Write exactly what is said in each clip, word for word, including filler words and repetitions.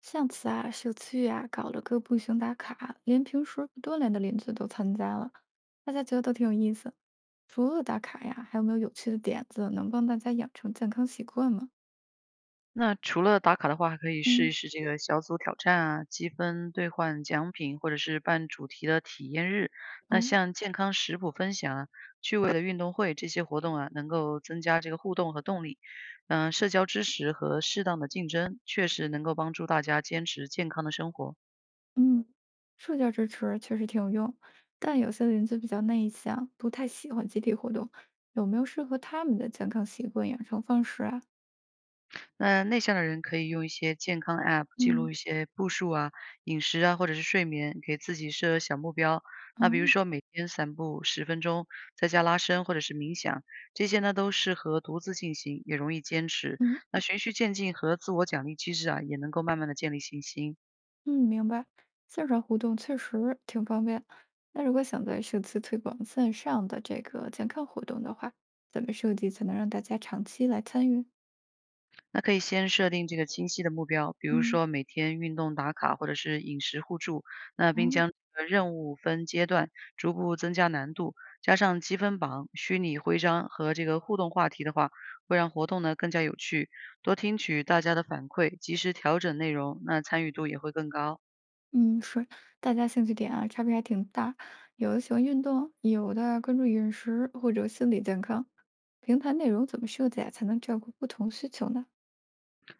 上次啊，社区啊搞了个步行打卡，连平时不锻炼的邻居都参加了，大家觉得都挺有意思。除了打卡呀，还有没有有趣的点子能帮大家养成健康习惯吗？那除了打卡的话，还可以试一嗯。试这个小组挑战啊，积分兑换奖品，或者是办主题的体验日。那哦。像健康食谱分享啊、趣味的运动会这些活动啊，能够增加这个互动和动力。嗯、社交支持和适当的竞争，确实能够帮助大家坚持健康的生活。嗯，社交支持确实挺有用，但有些邻居比较内向，不太喜欢集体活动，有没有适合他们的健康习惯养成方式啊？那内向的人可以用一些健康 App 记嗯。录一些步数啊、饮食啊，或者是睡眠，给自己设小目标。那比如哦。说每天散步十分钟，在家拉伸或者是冥想，这些呢都适合独自进行，也容易坚持。嗯。那循序渐进和自我奖励机制啊，也能够慢慢的建立信心。嗯，明白。线上互动确实挺方便。那如果想在社区推广线上的这个健康活动的话，怎么设计才能让大家长期来参与？那可以先设定这个清晰的目标，比如嗯。说每天运动打卡或者是饮食互助，那并嗯将这个任务分阶段逐步增加难度，加上积分榜、虚拟徽章和这个互动话题的话，会让活动呢更加有趣。多听取大家的反馈，及时调整内容，那参与度也会更高。嗯。是，大家兴趣点啊，差别还挺大。有的喜欢运动，有的关注饮食或者心理健康。平台内容怎么设计啊，才能照顾不同需求呢？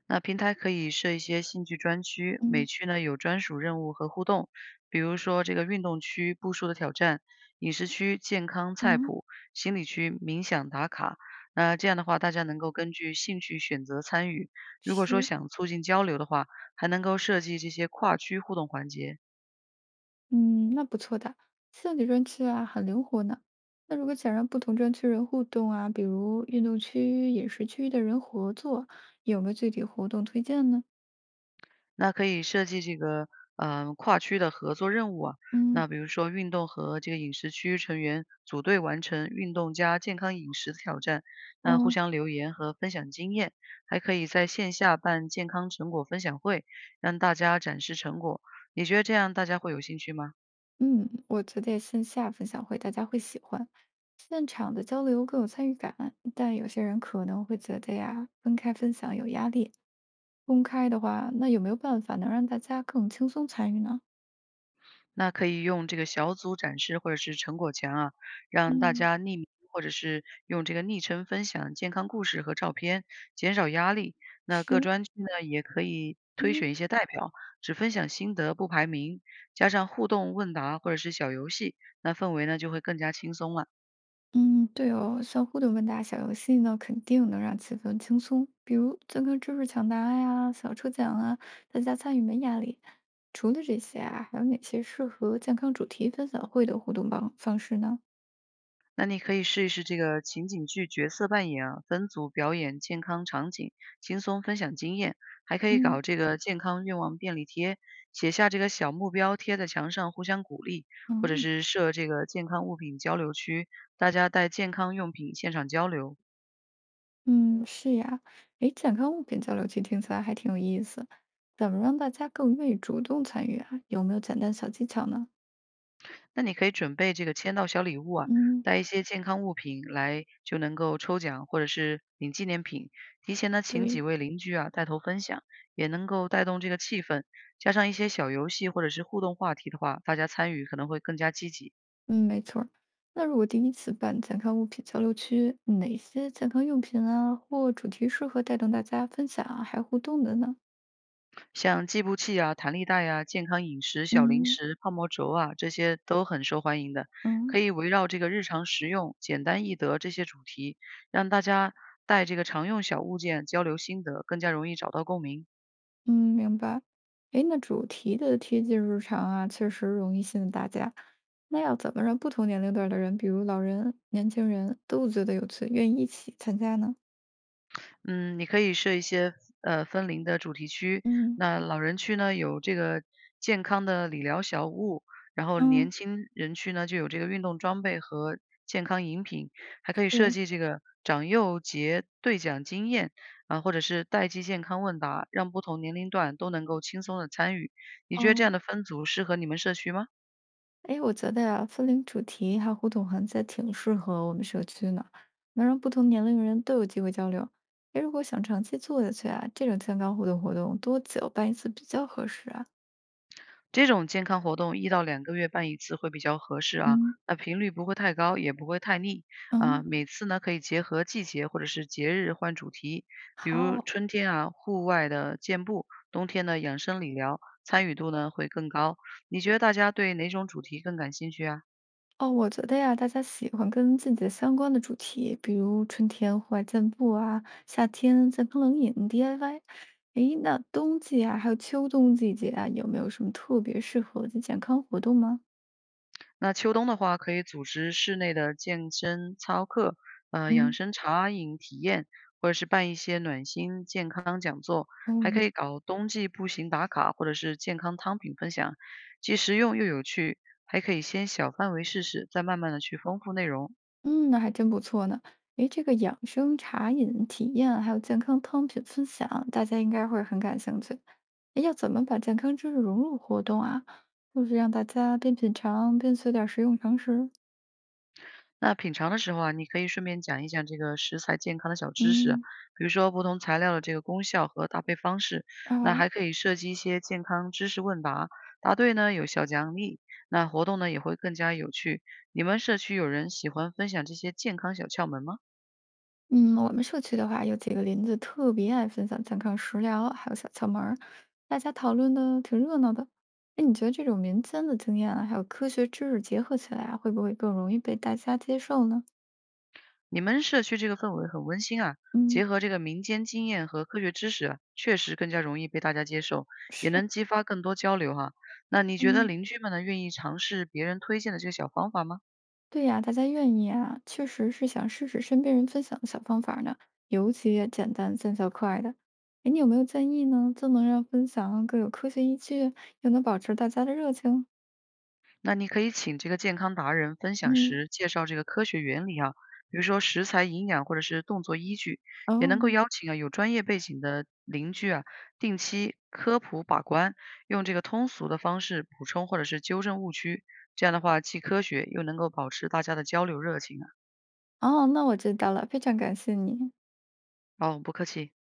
那平台可以设一些兴趣专区，嗯。每区呢有专属任务和互动，比如说这个运动区步数的挑战，饮食区健康菜嗯。谱，心理区冥想打卡。那这样的话，大家能够根据兴趣选择参与。如果说是。想促进交流的话，还能够设计这些跨区互动环节。嗯，那不错的，像你专区啊，很灵活呢。那如果想让不同专区人互动啊，比如运动区、饮食区的人合作，有没有具体活动推荐呢？那可以设计这个嗯，跨区的合作任务啊。嗯。那比如说运动和这个饮食区成员组队完成运动加健康饮食的挑战，那互哦。相留言和分享经验，还可以在线下办健康成果分享会，让大家展示成果。你觉得这样大家会有兴趣吗？嗯，我觉得线下分享会大家会喜欢，现场的交流更有参与感，但有些人可能会觉得呀，分开分享有压力。公开的话，那有没有办法能让大家更轻松参与呢？那可以用这个小组展示或者是成果墙啊，让大嗯。家匿名或者是用这个昵称分享健康故事和照片，减少压力。那各是。专区呢也可以推嗯。选一些代表，只分享心得不排名，加上互动问答或者是小游戏，那氛围呢就会更加轻松了。嗯，对哦，像互动问答小游戏呢，肯定能让气氛轻松，比如健康知识抢答呀、小抽奖啊，大家参与没压力。除了这些啊，还有哪些适合健康主题分享会的互动方方式呢？那你可以试一试这个情景剧角色扮演啊，分组表演健康场景，轻松分享经验，还可以嗯。搞这个健康愿望便利贴，写下这个小目标贴在墙上互相鼓励，或者哦。是设这个健康物品交流区，大家带健康用品现场交流。嗯，是呀，诶，健康物品交流区听起来还挺有意思，怎么让大家更愿意主动参与啊？有没有简单小技巧呢？那你可以准备这个签到小礼物啊，嗯。带一些健康物品来就能够抽奖或者是领纪念品。提前呢，请几对。位邻居啊带头分享，也能够带动这个气氛。加上一些小游戏或者是互动话题的话，大家参与可能会更加积极。嗯，没错儿。那如果第一次办健康物品交流区，哪些健康用品啊或主题适合带动大家分享啊，还互动的呢？像计步器啊、弹力带啊、健康饮食、小零嗯。食、泡沫轴啊，这些都很受欢迎的。嗯可以围绕这个日常实用、简单易得这些主题，让大家带这个常用小物件交流心得，更加容易找到共鸣。嗯，明白。哎，那主题的贴近日常啊，确实容易吸引大家。那要怎么让不同年龄段儿的人，比如老人、年轻人，都觉得有趣，愿意一起参加呢？嗯，你可以设一些呃分龄的主题区。嗯那老人区呢有这个健康的理疗小屋，然后年嗯。轻人区呢就有这个运动装备和健康饮品，还可以设对计这个长幼节兑奖经验啊，或者是代际健康问答，让不同年龄段都能够轻松的参与。你觉得这哦。样的分组适合你们社区吗？哎，我觉得呀，分龄主题还有互动环节挺适合我们社区呢，能让不同年龄人都有机会交流。哎，如果想长期做下去啊，这种健康互动活动多久办一次比较合适啊？这种健康活动一到两个月办一次会比较合适啊，嗯。那频率不会太高，也不会太腻。啊，嗯。每次呢可以结合季节或者是节日换主题，比如好。春天啊，户外的健步，冬天的养生理疗，参与度呢会更高。你觉得大家对哪种主题更感兴趣啊？哦，我觉得呀，大家喜欢跟季节相关的主题，比如春天户外健步啊，夏天健康冷饮 D I Y。诶，那冬季啊，还有秋冬季节啊，有没有什么特别适合的健康活动吗？那秋冬的话，可以组织室内的健身操课，呃，养嗯。生茶饮体验，或者是办一些暖心健康讲座，还哦。可以搞冬季步行打卡，或者是健康汤品分享，既实用又有趣，还可以先小范围试试，再慢慢的去丰富内容。嗯，那还真不错呢。诶，这个养生茶饮体验，还有健康汤品分享，大家应该会很感兴趣。诶，要怎么把健康知识融入活动啊？就是让大家边品尝边学点儿实用常识。那品尝的时候啊，你可以顺便讲一讲这个食材健康的小知识啊嗯。比如说不同材料的这个功效和搭配方式。那哦。还可以设计一些健康知识问答，答对呢有小奖励。那活动呢也会更加有趣。你们社区有人喜欢分享这些健康小窍门吗？嗯，我们社区的话，有几个邻居特别爱分享健康食疗，还有小窍门儿，大家讨论的挺热闹的。哎，你觉得这种民间的经验啊，还有科学知识结合起来啊，会不会更容易被大家接受呢？你们社区这个氛围很温馨啊，嗯。结合这个民间经验和科学知识啊，确实更加容易被大家接受，也是。能激发更多交流哈。那你觉得嗯。邻居们呢愿意尝试别人推荐的这个小方法吗？对呀，大家愿意啊，确实是想试试身边人分享的小方法儿呢，尤其简单、见效快的。哎，你有没有建议呢？这能让分享更有科学依据，又能保持大家的热情？那你可以请这个健康达人分享嗯。时介绍这个科学原理啊，比如说食材、营养或者是动作依据，也能够哦。邀请啊有专业背景的邻居啊定期科普把关，用这个通俗的方式补充或者是纠正误区。这样的话，既科学又能够保持大家的交流热情啊。哦，那我知道了，非常感谢你。哦，不客气。